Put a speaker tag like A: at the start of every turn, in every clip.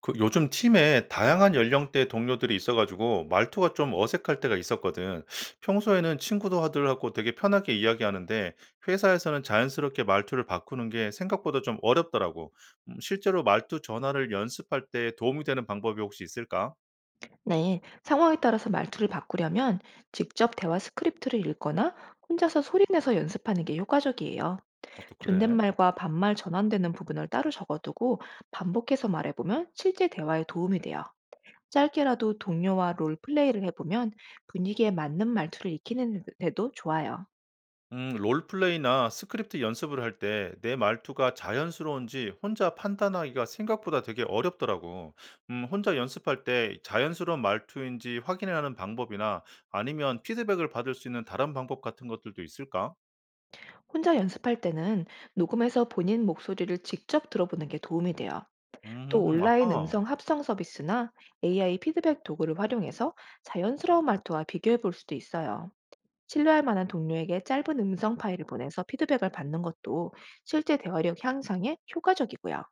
A: 그 요즘 팀에 다양한 연령대 동료들이 있어 가지고 말투가 좀 어색할 때가 있었거든. 평소에는 친구들하고 되게 편하게 이야기하는데 회사에서는 자연스럽게 말투를 바꾸는 게 생각보다 좀 어렵더라고. 실제로 말투 전환을 연습할 때 도움이 되는 방법이 혹시 있을까?
B: 네, 상황에 따라서 말투를 바꾸려면 직접 대화 스크립트를 읽거나 혼자서 소리 내서 연습하는 게 효과적이에요.
A: 아, 또 그래?
B: 존댓말과 반말 전환되는 부분을 따로 적어두고 반복해서 말해보면 실제 대화에 도움이 돼요. 짧게라도 동료와 롤플레이를 해보면 분위기에 맞는 말투를 익히는 데도 좋아요.
A: 롤플레이나 스크립트 연습을 할 때 내 말투가 자연스러운지 혼자 판단하기가 생각보다 되게 어렵더라고. 혼자 연습할 때 자연스러운 말투인지 확인하는 방법이나 아니면 피드백을 받을 수 있는 다른 방법 같은 것들도 있을까?
B: 혼자 연습할 때는 녹음해서 본인 목소리를 직접 들어보는 게 도움이 돼요. 또 온라인
A: 아하.
B: 음성 합성 서비스나 AI 피드백 도구를 활용해서 자연스러운 말투와 비교해 볼 수도 있어요. 신뢰할 만한 동료에게 짧은 음성 파일을 보내서 피드백을 받는 것도 실제 대화력 향상에 효과적이고요.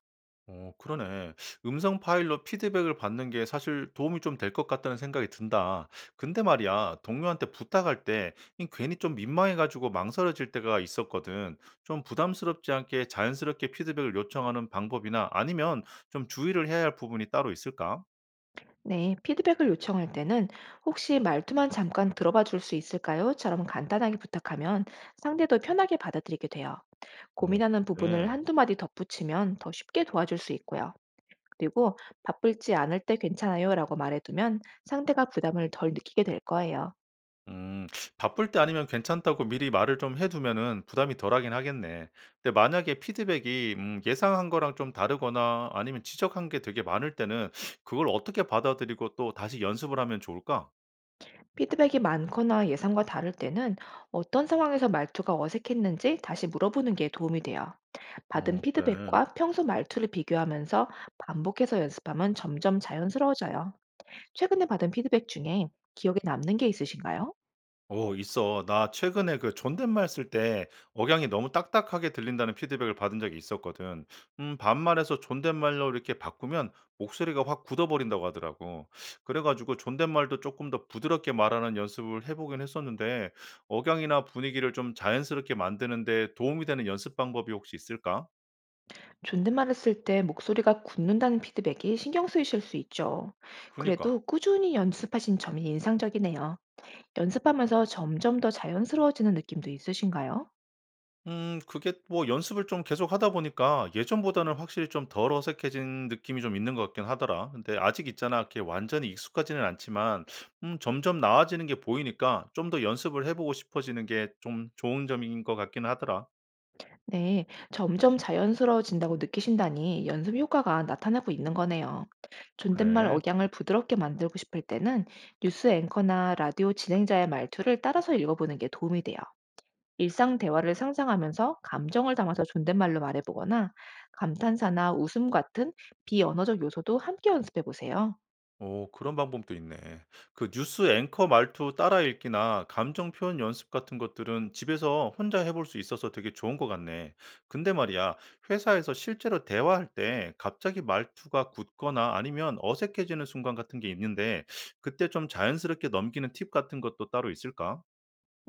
A: 어, 그러네. 음성 파일로 피드백을 받는 게 사실 도움이 좀 될 것 같다는 생각이 든다. 근데 말이야, 동료한테 부탁할 때 이 괜히 좀 민망해가지고 망설여질 때가 있었거든. 좀 부담스럽지 않게 자연스럽게 피드백을 요청하는 방법이나 아니면 좀 주의를 해야 할 부분이 따로 있을까?
B: 네, 피드백을 요청할 때는 혹시 말투만 잠깐 들어봐 줄 수 있을까요?처럼 간단하게 부탁하면 상대도 편하게 받아들이게 돼요.
A: 어,
B: 고민하는 부분을
A: 그렇게.
B: 한두 마디 덧붙이면 더 쉽게 도와줄 수 있고요. 그리고 바쁠지 않을 때 괜찮아요라고 말해두면 상대가 부담을 덜 느끼게 될 거예요.
A: 음. 바쁠 때 아니면 괜찮다고 미리 말을 좀 해 두면은 부담이 덜하긴 하겠네. 근데 만약에 피드백이 예상한 거랑 좀 다르거나 아니면 지적한 게 되게 많을 때는 그걸 어떻게 받아들이고 또 다시 연습을 하면 좋을까?
B: 피드백이 많거나 예상과 다를 때는 어떤 상황에서 말투가 어색했는지 다시 물어보는 게 도움이 돼요. 받은
A: 어, 그래.
B: 피드백과 평소 말투를 비교하면서 반복해서 연습하면 점점 자연스러워져요. 최근에 받은 피드백 중에 기억에 남는 게 있으신가요?
A: 오, 있어. 나 최근에 그 존댓말 쓸 때 억양이 너무 딱딱하게 들린다는 피드백을 받은 적이 있었거든. 반말에서 존댓말로 이렇게 바꾸면 목소리가 확 굳어버린다고 하더라고. 그래가지고 존댓말도 조금 더 부드럽게 말하는 연습을 해보긴 했었는데, 억양이나 분위기를 좀 자연스럽게 만드는데 도움이 되는 연습 방법이 혹시 있을까?
B: 존댓말을 쓸 때 목소리가 굳는다는 피드백이 신경 쓰이실 수 있죠.
A: 그니까.
B: 그래도 꾸준히 연습하신 점이 인상적이네요. 연습하면서 점점 더 자연스러워지는 느낌도 있으신가요?
A: 그게 뭐 연습을 좀 계속하다 보니까 예전보다는 확실히 좀 덜 어색해진 느낌이 좀 있는 것 같긴 하더라. 근데 아직 있잖아. 이렇게 완전히 익숙하지는 않지만 점점 나아지는 게 보이니까 좀 더 연습을 해 보고 싶어지는 게 좀 좋은 점인 것 같긴 하더라.
B: 네, 점점 자연스러워진다고 느끼신다니 연습 효과가 나타나고 있는 거네요. 존댓말
A: 그래.
B: 억양을 부드럽게 만들고 싶을 때는 뉴스 앵커나 라디오 진행자의 말투를 따라서 읽어보는 게 도움이 돼요. 일상 대화를 상상하면서 감정을 담아서 존댓말로 말해보거나 감탄사나 웃음 같은 비언어적 요소도 함께 연습해 보세요.
A: 오, 그런 방법도 있네. 그 뉴스 앵커 말투 따라 읽기나 감정 표현 연습 같은 것들은 집에서 혼자 해볼 수 있어서 되게 좋은 것 같네. 근데 말이야, 회사에서 실제로 대화할 때 갑자기 말투가 굳거나 아니면 어색해지는 순간 같은 게 있는데, 그때 좀 자연스럽게 넘기는 팁 같은 것도 따로 있을까?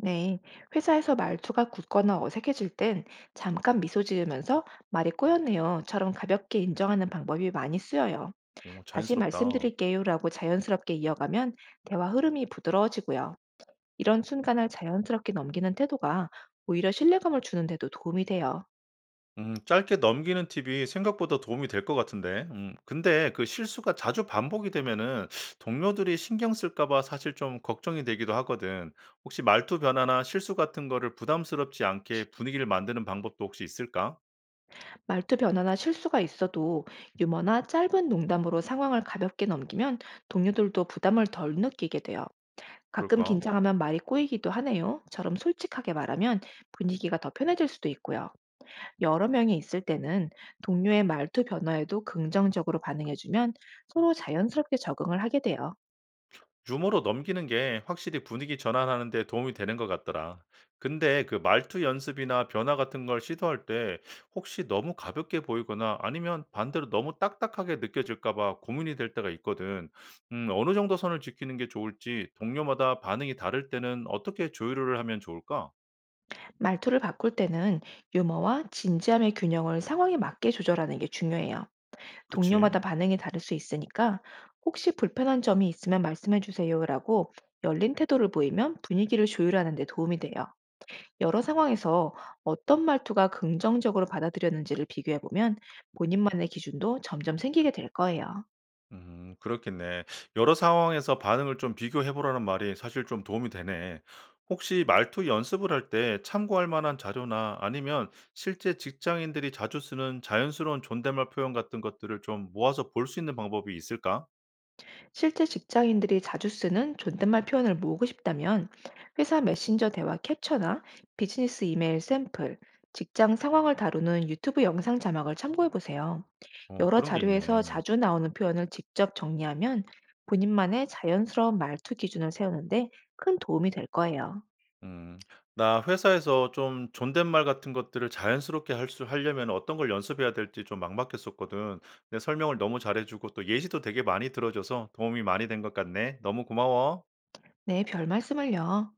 B: 네, 회사에서 말투가 굳거나 어색해질 땐 잠깐 미소 지으면서 말이 꼬였네요처럼 가볍게 인정하는 방법이 많이 쓰여요.
A: 오,
B: 다시
A: 자연스럽다.
B: 말씀드릴게요라고 자연스럽게 이어가면 대화 흐름이 부드러워지고요. 이런 순간을 자연스럽게 넘기는 태도가 오히려 신뢰감을 주는 데도 도움이 돼요.
A: 짧게 넘기는 팁이 생각보다 도움이 될 것 같은데. 근데 그 실수가 자주 반복이 되면은 동료들이 신경 쓸까 봐 사실 좀 걱정이 되기도 하거든. 혹시 말투 변화나 실수 같은 거를 부담스럽지 않게 분위기를 만드는 방법도 혹시 있을까?
B: 말투 변화나 실수가 있어도 유머나 짧은 농담으로 상황을 가볍게 넘기면 동료들도 부담을 덜 느끼게 돼요. 가끔
A: 그럴까?
B: 긴장하면 말이 꼬이기도 하네요. 처럼 솔직하게 말하면 분위기가 더 편해질 수도 있고요. 여러 명이 있을 때는 동료의 말투 변화에도 긍정적으로 반응해주면 서로 자연스럽게 적응을 하게 돼요.
A: 유머로 넘기는 게 확실히 분위기 전환하는 데 도움이 되는 것 같더라. 근데 그 말투 연습이나 변화 같은 걸 시도할 때 혹시 너무 가볍게 보이거나 아니면 반대로 너무 딱딱하게 느껴질까 봐 고민이 될 때가 있거든. 어느 정도 선을 지키는 게 좋을지 동료마다 반응이 다를 때는 어떻게 조율을 하면 좋을까?
B: 말투를 바꿀 때는 유머와 진지함의 균형을 상황에 맞게 조절하는 게 중요해요.
A: 그치?
B: 동료마다 반응이 다를 수 있으니까 혹시 불편한 점이 있으면 말씀해 주세요라고 열린 태도를 보이면 분위기를 조율하는 데 도움이 돼요. 여러 상황에서 어떤 말투가 긍정적으로 받아들였는지를 비교해 보면 본인만의 기준도 점점 생기게 될 거예요.
A: 그렇겠네. 여러 상황에서 반응을 좀 비교해 보라는 말이 사실 좀 도움이 되네. 혹시 말투 연습을 할 때 참고할 만한 자료나 아니면 실제 직장인들이 자주 쓰는 자연스러운 존댓말 표현 같은 것들을 좀 모아서 볼 수 있는 방법이 있을까?
B: 실제 직장인들이 자주 쓰는 존댓말 표현을 모으고 싶다면 회사 메신저 대화 캡처나 비즈니스 이메일 샘플, 직장 상황을 다루는 유튜브 영상 자막을 참고해 보세요.
A: 어,
B: 여러
A: 그런 게
B: 자료에서
A: 있네.
B: 자주 나오는 표현을 직접 정리하면 본인만의 자연스러운 말투 기준을 세우는데 큰 도움이 될 거예요.
A: 음, 나 회사에서 좀 존댓말 같은 것들을 자연스럽게 하려면 어떤 걸 연습해야 될지 좀 막막했었거든. 내 설명을 너무 잘해주고 또 예시도 되게 많이 들어줘서 도움이 많이 된 것 같네. 너무 고마워.
B: 네, 별 말씀을요.